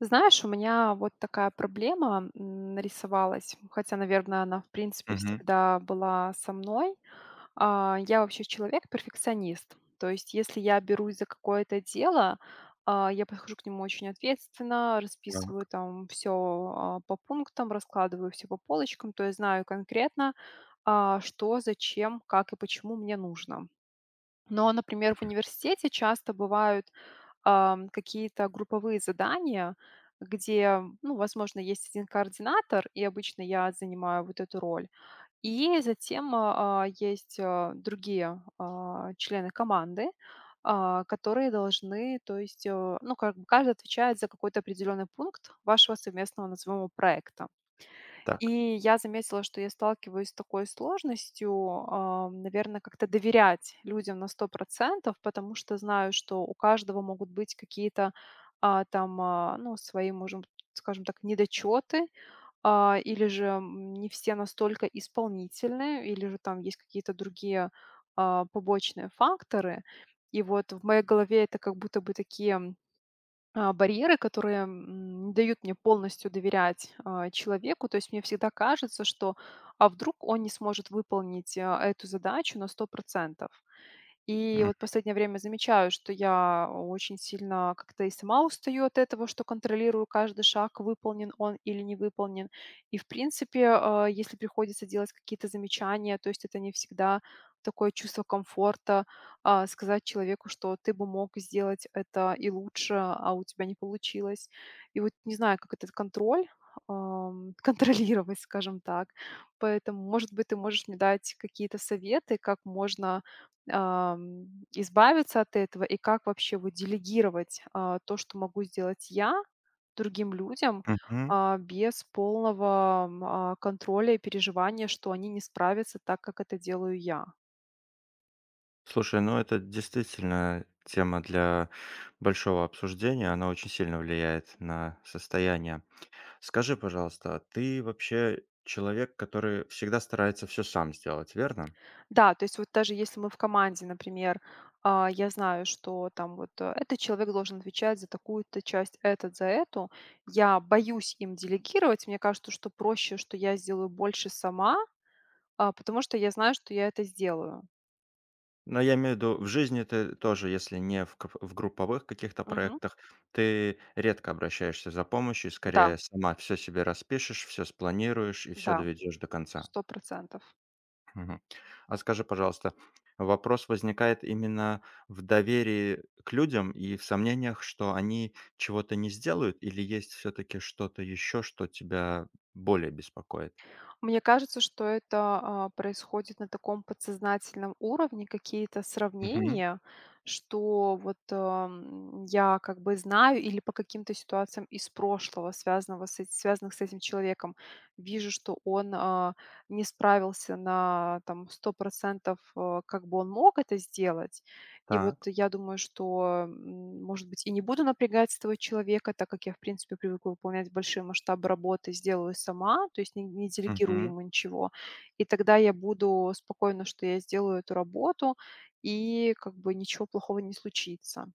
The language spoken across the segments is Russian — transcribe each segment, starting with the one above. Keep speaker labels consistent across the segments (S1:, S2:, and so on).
S1: Знаешь, у меня вот такая проблема нарисовалась, хотя, наверное, она, в принципе,
S2: Мгм.
S1: всегда была со мной. Я вообще человек-перфекционист. То есть, если я берусь за какое-то дело, я подхожу к нему очень ответственно, расписываю
S2: Так,
S1: там все по пунктам, раскладываю все по полочкам, то есть знаю конкретно, что, зачем, как и почему мне нужно. Но, например, в
S2: мгм.
S1: университете часто бывают какие-то групповые задания, где, ну, возможно, есть один координатор, и обычно я занимаю вот эту роль. И затем есть другие члены команды, которые должны, то есть, ну, как бы каждый отвечает за какой-то определенный пункт вашего совместного, назовем его, проекта.
S2: Так,
S1: И я заметила, что я сталкиваюсь с такой сложностью, наверное, как-то доверять людям на сто процентов, потому что знаю, что у каждого могут быть какие-то, там, ну, свои, можем, скажем так, недочеты, или же, не все настолько исполнительные, или же там есть какие-то другие побочные факторы. И вот в моей голове это как будто бы такие барьеры, которые не дают мне полностью доверять человеку. То есть мне всегда кажется, что, а вдруг он не сможет выполнить эту задачу на сто процентов. И
S2: м,
S1: вот последнее время замечаю, что я очень сильно как-то и сама устаю от этого, что контролирую каждый шаг, выполнен он или не выполнен. И, в принципе, если приходится делать какие-то замечания, то есть это не всегда такое чувство комфорта, сказать человеку, что ты бы мог сделать это и лучше, а у тебя не получилось. И вот не знаю, как этот контроль контролировать, скажем так. Поэтому, может быть, ты можешь мне дать какие-то советы, как можно ам, избавиться от этого и как вообще вот делегировать то, что могу сделать я, другим людям,
S2: мгм.
S1: а, без полного контроля и переживания, что они не справятся так, как это делаю я.
S2: Слушай, ну это действительно тема для большого обсуждения, она очень сильно влияет на состояние. Скажи, пожалуйста, а ты вообще человек, который всегда старается все сам сделать, верно?
S1: Да, то есть вот даже если мы в команде, например, я знаю, что там вот, э, этот человек должен отвечать за такую-то часть, этот за эту. Я боюсь им делегировать. Мне кажется, что проще, что я сделаю больше сама, потому что я знаю, что я это сделаю.
S2: Но я имею в виду, в жизни ты тоже, если не в групповых каких-то
S1: Мгм.
S2: проектах, ты редко обращаешься за помощью,
S1: Да,
S2: скорее сама все себе распишешь, все спланируешь и все
S1: да,
S2: доведешь до конца.
S1: сто процентов.
S2: Мгм. А скажи, пожалуйста, вопрос возникает именно в доверии к людям и в сомнениях, что они чего-то не сделают, или есть все-таки что-то еще, что тебя более беспокоит?
S1: Мне кажется, что это, происходит на таком подсознательном уровне, какие-то
S2: Мгм.
S1: сравнения, что вот, я как бы знаю или по каким-то ситуациям из прошлого, связанного с эт связанных с этим человеком, вижу, что он не справился на там 100 как бы он мог это сделать. И вот
S2: Так.
S1: я думаю, что, может быть, и не буду напрягать этого человека, так как я, в принципе, привыкла выполнять большие масштабы работы, сделаю сама, то есть не делегирую
S2: Мгм.
S1: ему ничего. И тогда я буду спокойна, что я сделаю эту работу, и как бы ничего плохого не случится.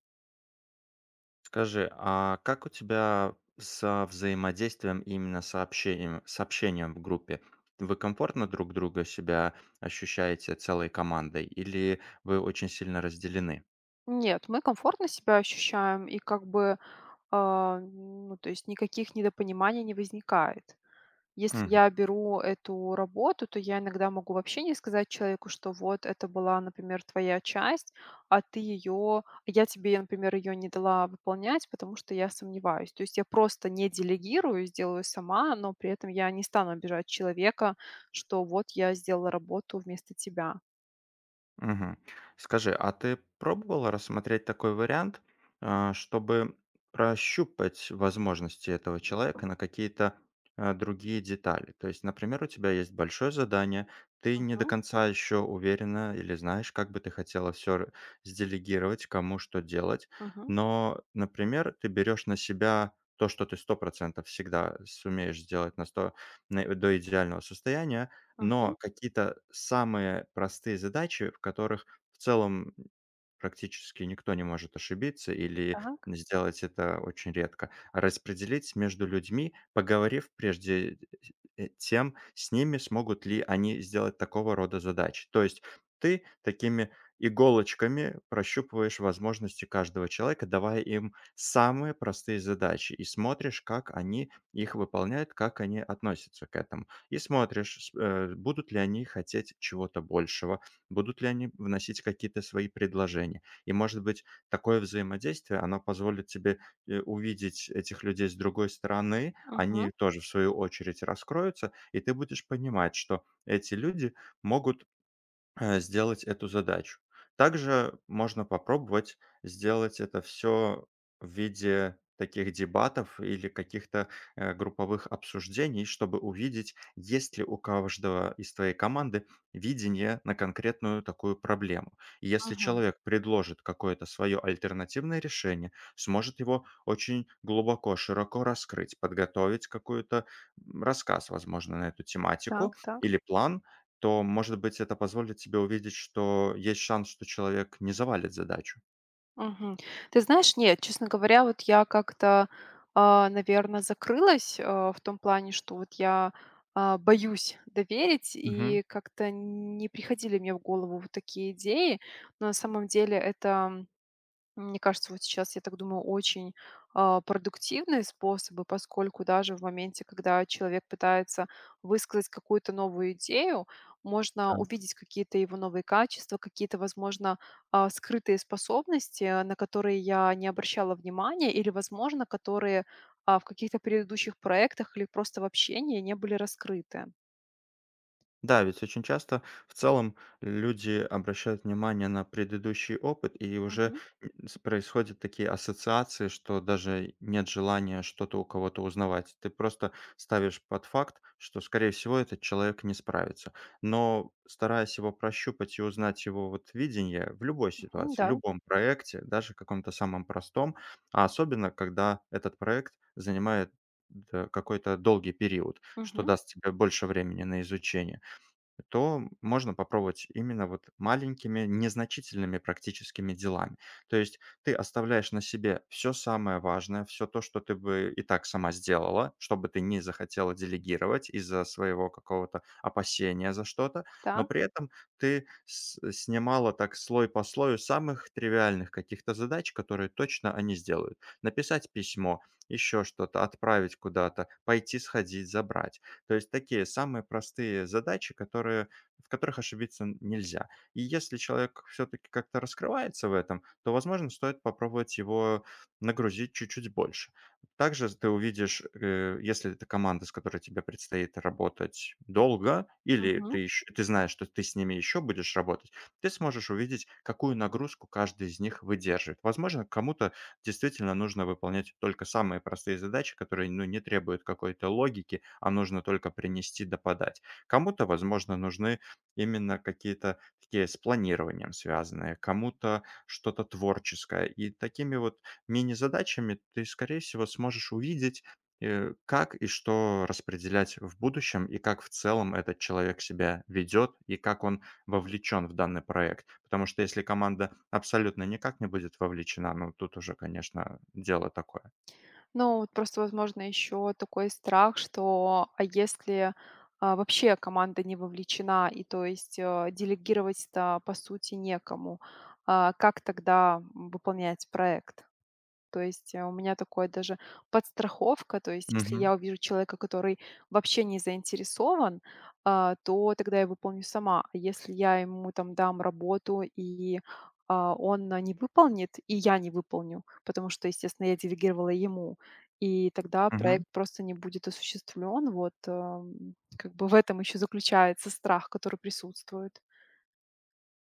S2: Скажи, а как у тебя со взаимодействием и именно сообщением, сообщением в группе? Вы комфортно друг друга себя ощущаете целой командой, или вы очень сильно разделены?
S1: Нет, мы комфортно себя ощущаем, и как бы, ну, то есть никаких недопониманий не возникает. Если я беру эту работу, то я иногда могу вообще не сказать человеку, что вот это была, например, твоя часть, а ты ее, я тебе, например, ее не дала выполнять, потому что я сомневаюсь. То есть я просто не делегирую, сделаю сама, но при этом я не стану обижать человека, что вот я сделала работу вместо тебя.
S2: Мгм. Скажи, а ты пробовала рассмотреть такой вариант, чтобы прощупать возможности этого человека на какие-то другие детали? То есть, например, у тебя есть большое задание, ты не до
S1: Мгм,
S2: конца еще уверена или знаешь, как бы ты хотела все сделегировать, кому что делать,
S1: мгм,
S2: но, например, ты берешь на себя то, что ты 100% всегда сумеешь сделать на до идеального состояния,
S1: мгм.
S2: но какие-то самые простые задачи, в которых в целом практически никто не может ошибиться или
S1: Так.
S2: сделать это очень редко. А распределить между людьми, поговорив прежде тем, с ними смогут ли они сделать такого рода задачи. То есть ты такими иголочками прощупываешь возможности каждого человека, давая им самые простые задачи и смотришь, как они их выполняют, как они относятся к этому. И смотришь, будут ли они хотеть чего-то большего, будут ли они вносить какие-то свои предложения. И, может быть, такое взаимодействие, оно позволит тебе, э, увидеть этих людей с другой стороны,
S1: Мгм,
S2: они тоже в свою очередь раскроются, и ты будешь понимать, что эти люди могут сделать эту задачу. Также можно попробовать сделать это все в виде таких дебатов или каких-то групповых обсуждений, чтобы увидеть, есть ли у каждого из твоей команды видение на конкретную такую проблему. И если
S1: мгм.
S2: человек предложит какое-то свое альтернативное решение, сможет его очень глубоко, широко раскрыть, подготовить какой то рассказ, возможно, на эту
S1: Так,
S2: тематику
S1: так.
S2: или план, то, может быть, это позволит тебе увидеть, что есть шанс, что человек не завалит задачу.
S1: Мгм. Ты знаешь, нет, честно говоря, вот я как-то, наверное, закрылась, в том плане, что вот я боюсь доверить,
S2: Мгм.
S1: и как-то не приходили мне в голову вот такие идеи. Но на самом деле это мне кажется, вот сейчас, я так думаю, очень продуктивные способы, поскольку даже в моменте, когда человек пытается высказать какую-то новую идею, можно увидеть какие-то его новые качества, какие-то, возможно, скрытые способности, на которые я не обращала внимания, или, возможно, которые в каких-то предыдущих проектах или просто в общении не были раскрыты.
S2: Да, ведь очень часто в целом люди обращают внимание на предыдущий опыт, и уже
S1: Мгм.
S2: происходят такие ассоциации, что даже нет желания что-то у кого-то узнавать. Ты просто ставишь под факт, что, скорее всего, этот человек не справится. Но стараясь его прощупать и узнать его вот видение в любой
S1: Мгм.
S2: ситуации,
S1: Да.
S2: любом проекте, даже каком-то самом простом, а особенно, когда этот проект занимает, да, какой-то долгий период, что
S1: Мгм.
S2: даст тебе больше времени на изучение, то можно попробовать именно вот маленькими, незначительными практическими делами. То есть ты оставляешь на себе все самое важное, все то, что ты бы и так сама сделала, что бы ты не захотела делегировать из-за своего какого-то опасения за что-то, но
S1: Так.
S2: при этом ты снимала так слой по слою самых тривиальных каких-то задач, которые точно они сделают. Написать письмо, еще что-то, отправить куда-то, пойти сходить, забрать. То есть такие самые простые задачи, которые, в которых ошибиться нельзя. И если человек все-таки как-то раскрывается в этом, то, возможно, стоит попробовать его нагрузить чуть-чуть больше. Также ты увидишь, если это команда, с которой тебе предстоит работать долго, или ты знаешь, что ты с ними еще будешь работать, ты сможешь увидеть, какую нагрузку каждый из них выдерживает. Возможно, кому-то действительно нужно выполнять только самые простые задачи, которые, ну, не требуют какой-то логики, а нужно только принести да подать. Кому-то, возможно, нужны именно какие-то такие с планированием связанные, кому-то что-то творческое. И такими вот мини-задачами ты, скорее всего, сможешь увидеть, как и что распределять в будущем, и как в целом этот человек себя ведет, и как он вовлечен в данный проект. Потому что если команда абсолютно никак не будет вовлечена, ну, тут уже, конечно, дело такое.
S1: Ну, вот просто, возможно, еще такой страх, что а если вообще команда не вовлечена, и то есть делегировать-то по сути некому, как тогда выполнять проект? То есть, у меня такое даже подстраховка. То есть, если
S2: Мгм.
S1: я увижу человека, который вообще не заинтересован, то тогда я выполню сама. А если я ему там дам работу и он не выполнит, и я не выполню, потому что, естественно, я делегировала ему, и тогда
S2: Мгм.
S1: проект просто не будет осуществлен. Вот, как бы в этом еще заключается страх, который присутствует.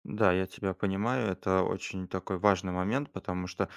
S2: Да, я тебя понимаю, это очень такой важный момент, потому что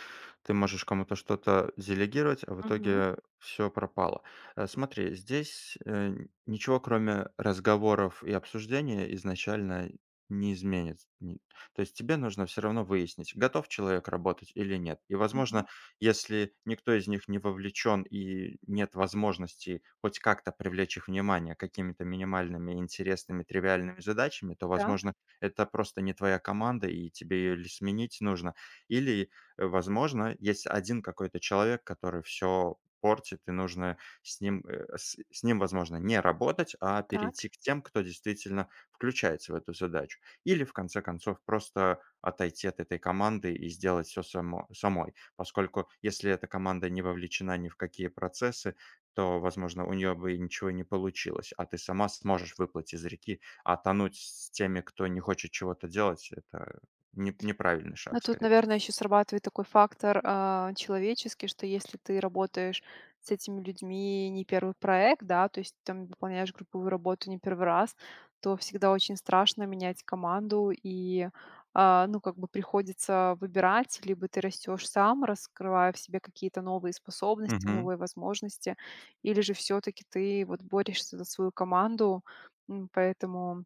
S2: ты можешь кому-то что-то делегировать, а в
S1: Мгм,
S2: итоге все пропало. Смотри, здесь ничего кроме разговоров и обсуждения изначально не изменит. То есть тебе нужно все равно выяснить, готов человек работать или нет. И,
S1: мгм.
S2: возможно, если никто из них не вовлечен и нет возможности хоть как-то привлечь их внимание какими-то минимальными, интересными, тривиальными задачами, то,
S1: Так,
S2: возможно, это просто не твоя команда, и тебе ее или сменить нужно, или, возможно, есть один какой-то человек, который все портит, и нужно с ним, возможно, не работать, а
S1: так.
S2: перейти к тем, кто действительно включается в эту задачу. Или, в конце концов, просто отойти от этой команды и сделать все самой. Поскольку если эта команда не вовлечена ни в какие процессы, то, возможно, у нее бы и ничего не получилось, а ты сама сможешь выплыть из реки, а тонуть с теми, кто не хочет чего-то делать- это не неправильный
S1: Ну,
S2: шаг,
S1: тут,
S2: скорее всего.
S1: наверное, еще срабатывает такой фактор человеческий, что если ты работаешь с этими людьми не первый проект, да, то есть там выполняешь групповую работу не первый раз, то всегда очень страшно менять команду и, ну, как бы приходится выбирать, либо ты растешь сам, раскрывая в себе какие-то новые способности, новые возможности, или же все-таки ты вот борешься за свою команду. Поэтому,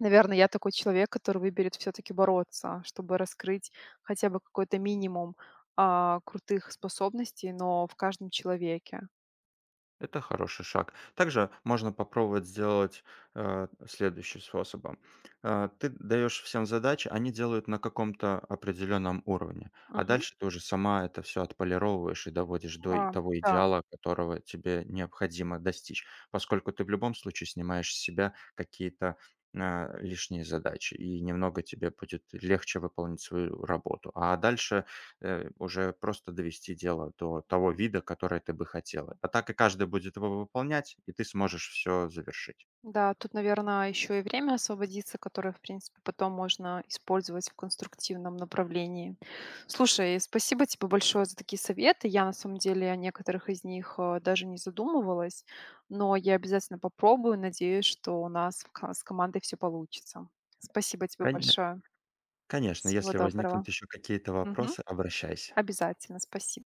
S1: наверное, я такой человек, который выберет все таки бороться, чтобы раскрыть хотя бы какой-то минимум, крутых способностей, но в каждом человеке.
S2: Это хороший шаг. Также можно попробовать сделать следующим способом. Ты даешь всем задачи, они делают на каком-то определенном уровне, а
S1: Мгм.
S2: дальше ты уже сама это все отполировываешь и доводишь до
S1: А,
S2: того
S1: да,
S2: идеала, которого тебе необходимо достичь, поскольку ты в любом случае снимаешь с себя какие-то лишние задачи, и немного тебе будет легче выполнить свою работу. А дальше уже просто довести дело до того вида, который ты бы хотела. А так и каждый будет его выполнять, и ты сможешь все завершить.
S1: да, тут, наверное, еще и время освободиться, которое, в принципе, потом можно использовать в конструктивном направлении. Слушай, спасибо тебе большое за такие советы. Я, на самом деле, о некоторых из них, даже не задумывалась, но я обязательно попробую. Надеюсь, что у нас в ка с командой все получится. Спасибо тебе
S2: Коне
S1: большое.
S2: конечно,
S1: Всего
S2: если
S1: доброго.
S2: возникнут еще какие-то
S1: Мгм.
S2: вопросы, обращайся.
S1: Обязательно. Спасибо.